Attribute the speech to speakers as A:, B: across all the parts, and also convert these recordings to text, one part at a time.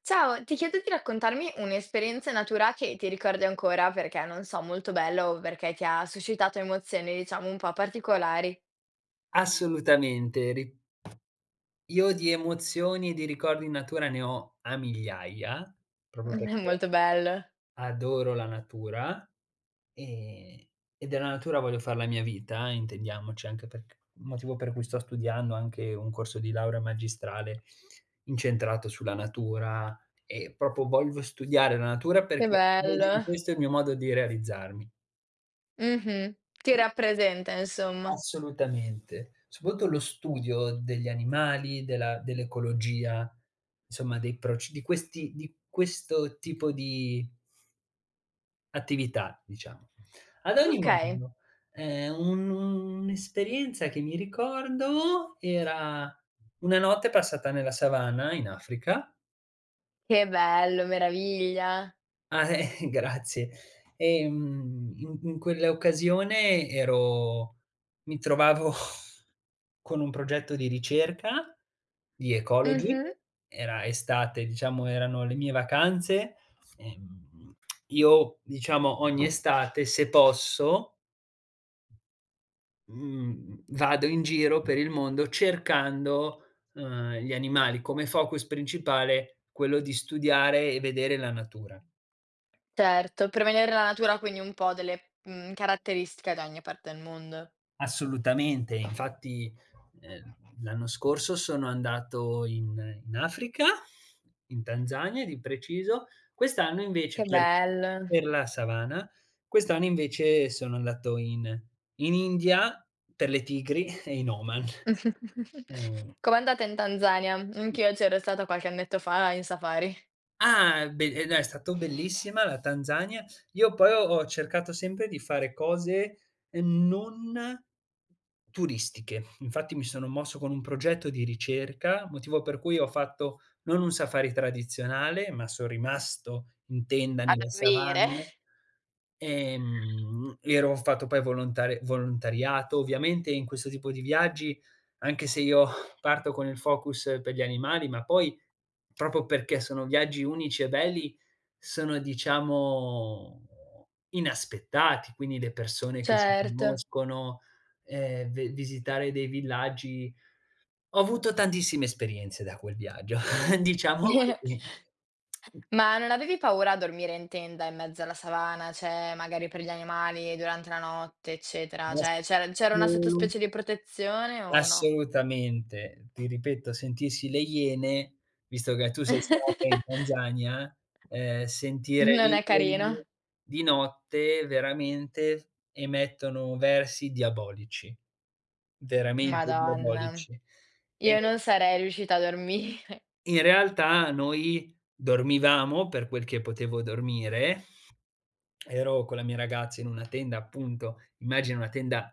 A: Ciao, ti chiedo di raccontarmi un'esperienza in natura che ti ricordi ancora perché, non so, molto bella o perché ti ha suscitato emozioni, diciamo, un po' particolari.
B: Assolutamente. Ri Io di emozioni e di ricordi in natura ne ho a migliaia, proprio
A: È
B: perché
A: molto bello,
B: adoro la natura, ehm, e della natura voglio far la mia vita, intendiamoci, anche perc motivo per cui sto studiando anche un corso di laurea magistrale incentrato sulla natura e proprio voglio studiare la natura
A: che
B: perché vedo
A: bello.
B: in questo il mio modo di realizzarmi.
A: Mh-mh. Ti rappresenta, insomma.
B: Assolutamente. Soprattutto lo studio degli animali, della dell'ecologia, insomma dei proc di questi di questo tipo di attività, diciamo. Ad ogni
A: Okay,
B: modo, un un'esperienza che mi ricordo era una notte passata nella savana in Africa.
A: che bello, meraviglia.
B: Grazie. In quell'occasione ero mi trovavo con un progetto di ricerca di ecology,
A: Mh-mh.
B: era estate, diciamo erano le mie vacanze. Ehm, io diciamo ogni estate se posso, mhmm, vado in giro per il mondo cercando, gli animali, come focus principale quello di studiare e vedere la natura.
A: Certo, per vedere la natura, quindi un po' delle, caratteristiche da ogni parte del mondo.
B: Assolutamente, infatti, ehm, l'anno scorso sono andato in in Africa, in Tanzania di preciso, quest'anno invece
A: Che bello.
B: per la savana, quest'anno invece sono andato in in India per le tigri e in Oman. Ehm
A: Com'è andata in Tanzania? Anch'io c'ero stata qualche annetto fa in safari.
B: Ah, be no, è stato bellissima la Tanzania. Io poi ho cercato sempre di fare cose, non turistiche. Infatti mi sono mosso con un progetto di ricerca, motivo per cui ho fatto non un safari tradizionale, ma son rimasto in tenda
A: A
B: nella
A: dormire.
B: savana. Ero ho fatto poi volontariato. Ovviamente in questo tipo di viaggi, anche se io parto con il focus per gli animali, ma poi proprio perché sono viaggi unici e belli, sono diciamo inaspettati, quindi le persone che si
A: Certo.
B: conoscono, ve visitare dei villaggi. Ho avuto tantissime esperienze da quel viaggio, diciamo così.
A: Ma non avevi paura a dormire in tenda in mezzo alla savana, cioè magari per gli animali durante la notte, eccetera? Cioè c'era una sottospecie di protezione o no?
B: Assolutamente. Ti ripeto, sentirsi le Iene, visto che tu sei stata in Tanzania, sentire
A: Non
B: le
A: è
B: Iene
A: carino?
B: di notte veramente emettono versi diabolici, veramente
A: Madonna.
B: diabolici. E
A: Io non sarei riuscita a dormire.
B: in realtà noi dormivamo, per quel che potevo dormire. Ero con la mia ragazza in una tenda appunto, immagina una tenda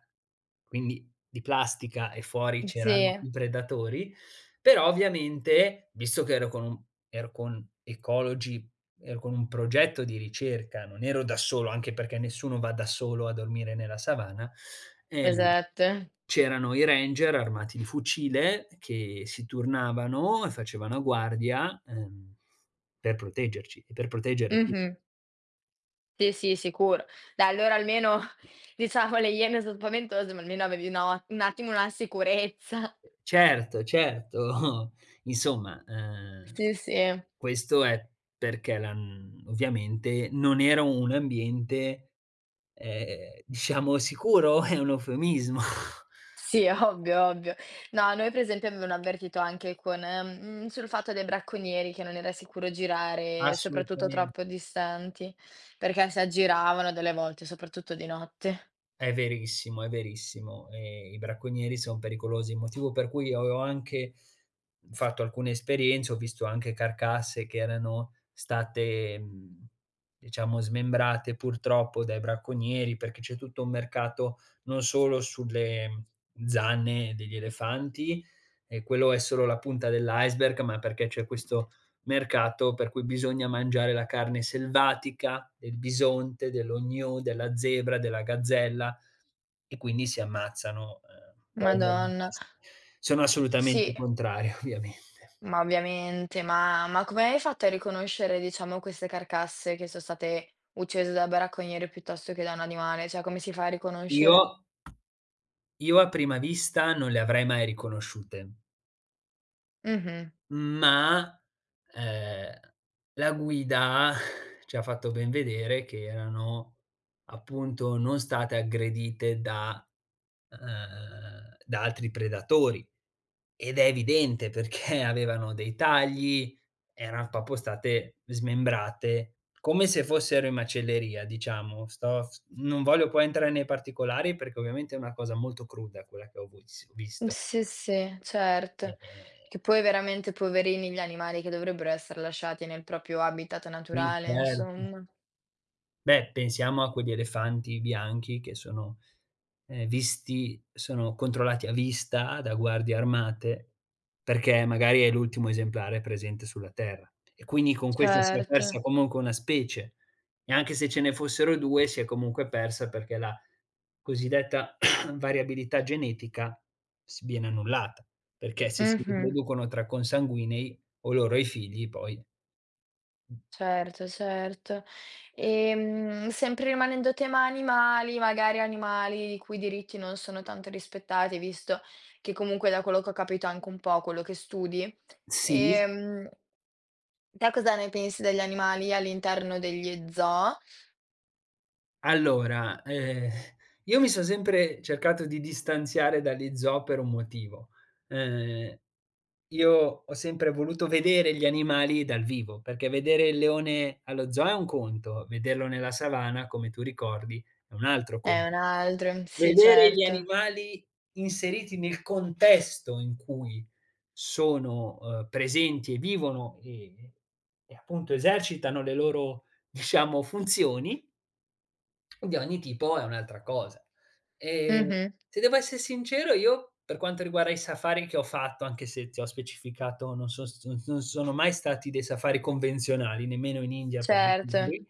B: quindi di plastica e fuori c'erano
A: Sì,
B: i predatori, però ovviamente visto che ero con un ero con ecologi, ero con un progetto di ricerca, non ero da solo, anche perché nessuno va da solo a dormire nella savana, ehm,
A: esatto.
B: c'erano i ranger armati di fucile che si turnavano e facevano a guardia, per proteggerci e per proteggere.
A: Mh-mh. Sì, sì, sicuro. Dai, allora almeno diciamo le iene son spaventose, ma almeno avevi una o un attimo una sicurezza.
B: Certo, certo. Insomma,
A: Sì, sì.
B: questo è perché la ovviamente non era un ambiente, diciamo sicuro, è un eufemismo.
A: Sì, ovvio, ovvio. No, noi per esempio avevano avvertito anche con sul fatto dei bracconieri che non era sicuro girare, soprattutto
B: Assolutamen
A: troppo distanti, perché si aggiravano delle volte, soprattutto di notte.
B: È verissimo, è verissimo. I bracconieri son pericolosi, motivo per cui avevo anche fatto alcune esperienze, ho visto anche carcasse che erano state, diciamo smembrate purtroppo dai bracconieri, perché c'è tutto un mercato non solo sulle zanne degli elefanti, e quello è solo la punta dell'iceberg, ma perché c'è questo mercato per cui bisogna mangiare la carne selvatica del bisonte, dell'ognu, della zebra, della gazzella e quindi si ammazzano, poveri
A: Madonna.
B: pes sono
A: Sì,
B: assolutamente contrario ovviame
A: ma ovviamente. Ma come hai fatto a riconoscere, diciamo, queste carcasse che son state uccise da bracconieri piuttosto che da un animale? Cioè, come si fa a
B: Io
A: riconoscere?
B: io a prima vista non le avrei mai riconosciute,
A: Mh-mh.
B: ma, ehm, la guida ci ha fatto ben vedere che erano appunto non state aggredite da, da altri predatori. Ed è evidente perché avevano dei tagli, eran proprio state smembrate, come se fossero in macelleria diciamo. Sto s Non voglio poi entrare nei particolari perché ovviamente è una cosa molto cruda quella che ho
A: Mhmm,
B: visto.
A: sì, sì, certo.
B: Eh,
A: Che poi veramente poverini gli animali che dovrebbero essere lasciati nel proprio habitat
B: sì
A: naturale,
B: certo.
A: insomma.
B: Beh, pensiamo a quegli elefanti bianchi che sono, visti sono controllati a vista da guardie armate, perché magari è l'ultimo esemplare presente sulla Terra e quindi con questo si è
A: Certo.
B: persa comunque una specie e anche se ce ne fossero 2 si è comunque persa perché la cosiddetta variabilità genetica s viene annullata, perché se si
A: Mh-mh.
B: riproducono tra consanguinei o loro e i figli poi
A: Certo, certo. Sempre rimanendo tema animali, magari animali i cui diritti non sono tanto rispettati, visto che comunque da quello che ho capito è anche un po' quello che studi,
B: sì.
A: ehm, te cosa ne pensi degli animali all'interno degli zoo?
B: Allora, io mi son sempre cercato di distanziare dagli zoo per un motivo. Ehm, io ho sempre voluto vedere gli animali dal vivo, perché vedere il leone allo zoo è un conto, vederlo nella savana, come tu ricordi, è un altro
A: È
B: conto.
A: un altro sì,
B: Vedere gli
A: certo.
B: animali inseriti nel contesto in cui sono, presenti e vivono e appunto esercitano le loro, diciamo, funzioni, di ogni tipo è un'altra cosa. Ehm,
A: Mh-mh.
B: se devo esser sincero io, per quanto riguarda i safari che ho fatto, anche se ti ho specificato non sono mai stati dei safari convenzionali, nemmeno in India per dei
A: Certo.
B: tigri,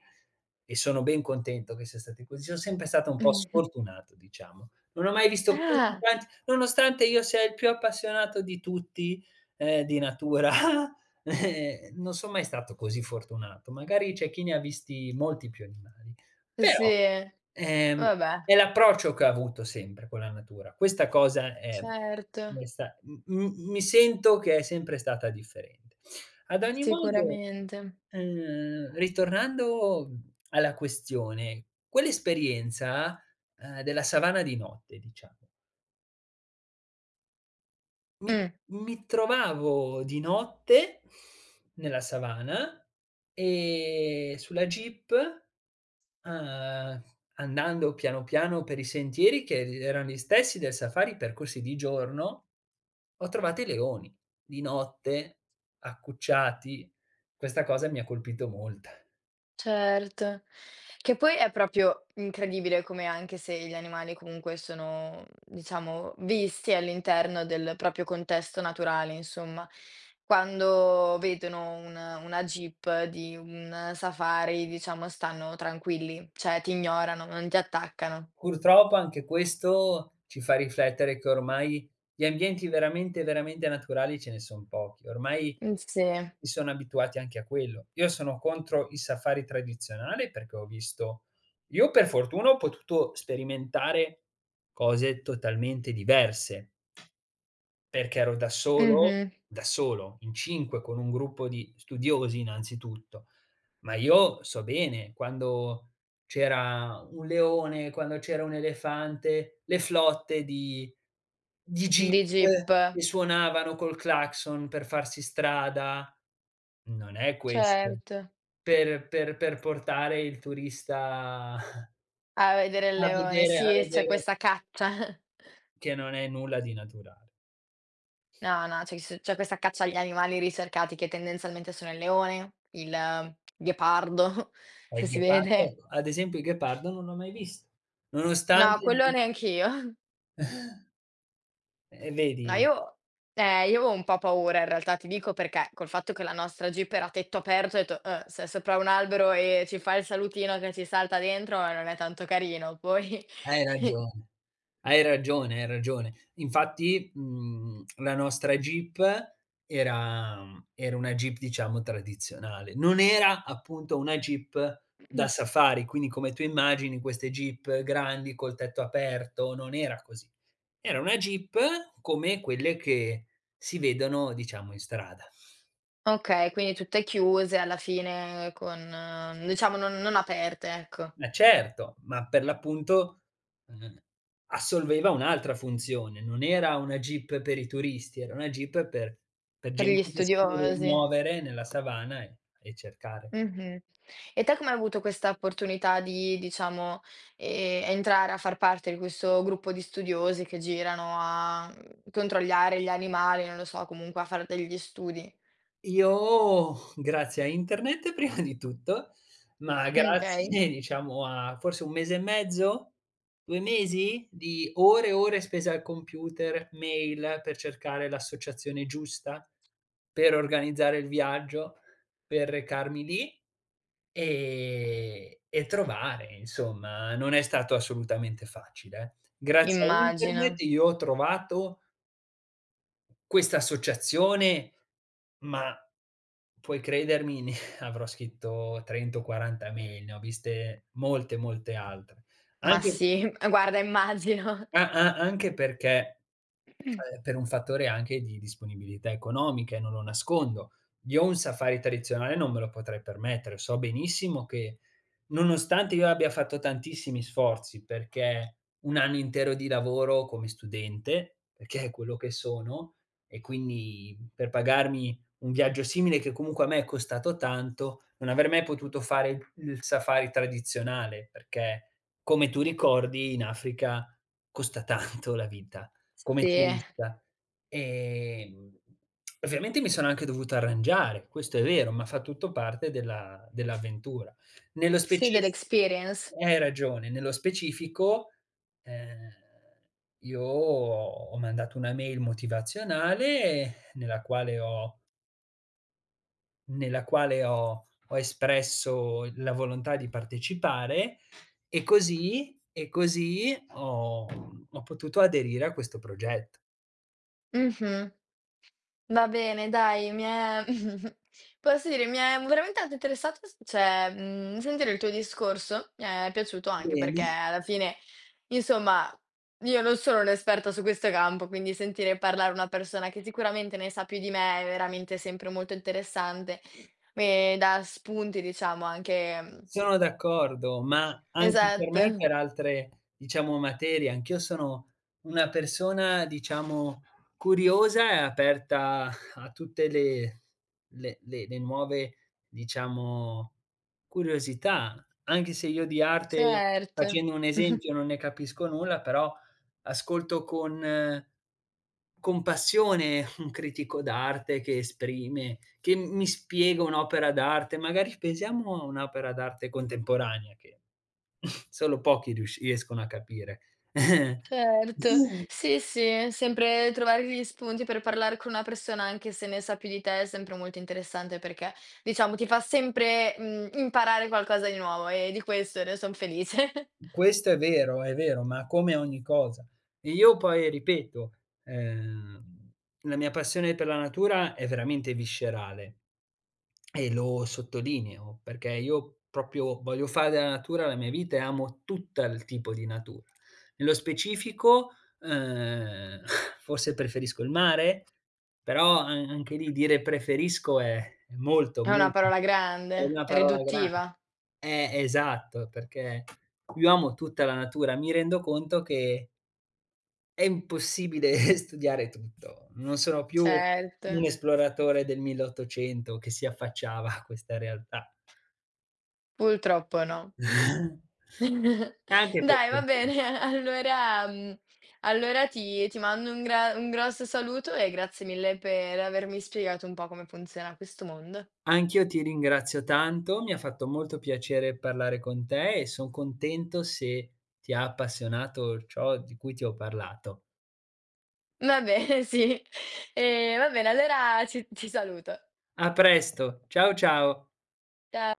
B: e sono ben contento che sia stati così. Sono sempre stato un po' sfortunato, diciamo. Non ho mai visto così
A: Ah,
B: tanti nonostante io sia il più appassionato di tutti, di natura, non son mai stato così fortunato. Magari c'è chi ne ha visti molti più animali. Però,
A: sì,
B: ehm,
A: vabbè,
B: è l'approccio che ho avuto sempre con la natura. Questa cosa è
A: certo,
B: mi sento che è sempre stata differente. Ad ogni modo,
A: sicuramente.
B: ritornando alla questione, quell'esperienza, della savana di notte, diciamo. Mi
A: Mh,
B: Mi trovavo di notte nella savana, sulla jeep, uhm, andando piano piano per i sentieri che erano gli stessi del safari percorsi di giorno, ho trovato i leoni di notte, accucciati. Questa cosa mi ha colpito molta.
A: certo. Che poi è proprio incredibile come anche se gli animali comunque sono, diciamo, visti all'interno del proprio contesto naturale, insomma, quando vedono un una jeep di un safari, diciamo, stanno tranquilli, cioè ti ignorano, non ti attaccano.
B: Purtroppo anche questo ci fa riflettere che ormai di ambienti veramente, veramente naturali ce ne son pochi. Ormai
A: Sì.
B: si sono abituati anche a quello. Io sono contro il safari tradizionale perché ho visto io per fortuna ho potuto sperimentare cose totalmente diverse. Perché ero
A: Mh-mh.
B: da solo, in 5 con un gruppo di studiosi innanzitutto. Ma io so bene quando c'era un leone, quando c'era un elefante, le flotte di jeep
A: Di jeep.
B: che suonavano col clacson per farsi strada. Non è questo
A: Certo,
B: per portare il turista
A: a vedere il leone.
B: a
A: Sì, c'è
B: vedere,
A: questa caccia.
B: che non è nulla di naturale.
A: No, no, c'è questa caccia agli animali ricercati che tendenzialmente sono il leone, il ghepardo,
B: Ma
A: se
B: il
A: si
B: ghepardo
A: vede.
B: ecco, ad esempio il ghepardo non l'ho mai visto.
A: No,
B: Nonostante
A: quello neanch'io. No,
B: vedi,
A: io avevo un po' paura in realtà, ti dico perché, col fatto che la nostra Jeep era a tetto aperto, ho detto: se è sopra un albero e ci fa il salutino che ci salta dentro, non è tanto carino." Poi
B: hai ragione, hai ragione. Infatti, la nostra Jeep era una Jeep diciamo tradizionale. Non era appunto una Jeep da safari, quindi come tu immagini queste Jeep grandi col tetto aperto, non era così. Era una Jeep come quelle che si vedono diciamo in strada.
A: Okay, quindi tutte chiuse alla fine con diciamo non aperte, ecco,
B: Eh certo, ma per l'appunto, uhm, assolveva un'altra funzione, non era una jeep per i turisti, era una jeep per
A: per gli
B: gente che si deve
A: studiosi.
B: muovere nella savana e cercare.
A: Mh-mh. E te come hai avuto questa opportunità di, diciamo, entrare a far parte di questo gruppo di studiosi che girano a, controllare gli animali, non lo so, comunque a fare degli studi?
B: Io grazie a internet prima di tutto, ma
A: Okay,
B: grazie diciamo a forse 1 mese e mezzo, 2 mesi di ore e ore spese al computer, mail per cercare l'associazione giusta, per organizzare il viaggio, per recarmi lì e trovare insomma, non è stato assolutamente facile. Eh. Grazie a
A: immagino.
B: internet io ho trovato questa associazione, ma puoi credermi ne avrò scritto 30 o 40 mail, ne ho viste molte, molte altre.
A: Ma
B: Anche
A: sì, guarda immagino.
B: a a anche perché, per un fattore anche di disponibilità economica, e non lo nascondo. Io un safari tradizionale non me lo potrei permettere. So benissimo che, nonostante io abbia fatto tantissimi sforzi, perché un anno intero di lavoro come studente, perché è quello che sono, e quindi per pagarmi un viaggio simile che comunque a me è costato tanto, non avrei mai potuto fare il safari tradizionale, perché come tu ricordi in Africa costa tanto la vita come
A: Sì,
B: turista. Ehm, ovviamente mi sono anche dovuto arrangiare, questo è vero, ma fa tutto parte della dell'avventura. Nello
A: sì
B: specif
A: dell'experience.
B: Hai ragione, nello specifico, ehm, io ho mandato una mail motivazionale nella quale ho espresso la volontà di partecipare e così ho potuto aderire a questo progetto.
A: Mh-mh. Va bene dai, mi è posso dire, mi è veramente tanto interessato s cioè, sentire il tuo discorso, mi è piaciuto anche perché
B: Bene,
A: alla fine, insomma, io non sono un'esperta su questo campo, quindi sentire parlare una persona che sicuramente ne sa più di me è veramente sempre molto interessante e dà spunti diciamo anche mhmm,
B: sono d'accordo, ma anche per me
A: esatto,
B: per altre, diciamo, materie. Anch'io sono una persona, diciamo, curiosa e aperta a tutte le le nuove, diciamo, curiosità. Anche se io di arte,
A: certo.
B: facendo un esempio, non ne capisco nulla, però ascolto con passione un critico d'arte che mi spiega un'opera d'arte, magari pensiamo a un'opera d'arte contemporanea che solo pochi riusci riescono a capire.
A: Certo,
B: Mm.
A: sì, sì, sempre trovare gli spunti per parlare con una persona anche se ne sa più di te è sempre molto interessante perché, diciamo, ti fa sempre, imparare qualcosa di nuovo e di questo ne son felice.
B: Questo è vero, ma come ogni cosa. E io poi ripeto, ehm, la mia passione per la natura è veramente viscerale e lo sottolineo, perché io proprio voglio fare della natura la mia vita e amo tutta il tipo di natura. Nello specifico, ehm, forse preferisco il mare, però a anche lì dire "preferisco" è molto,
A: È una
B: molto
A: parola
B: è
A: grande,
B: una parola gran
A: riduttiva.
B: esatto, perché io amo tutta la natura, mi rendo conto che è impossibile studiare tutto. Non sono più
A: Certo,
B: un esploratore del 1800 che si affacciava a questa realtà.
A: purtroppo no.
B: Anche per
A: Dai, va
B: fortuna.
A: bene, allora allora ti mando un grosso saluto e grazie mille per avermi spiegato un po' come funziona questo mondo.
B: Anch'io ti ringrazio tanto, mi ha fatto molto piacere parlare con te e son contento se ti ha appassionato ciò di cui ti ho parlato.
A: Va bene, sì. Va bene, allora ci ti saluto.
B: A presto, ciao, ciao.
A: Cia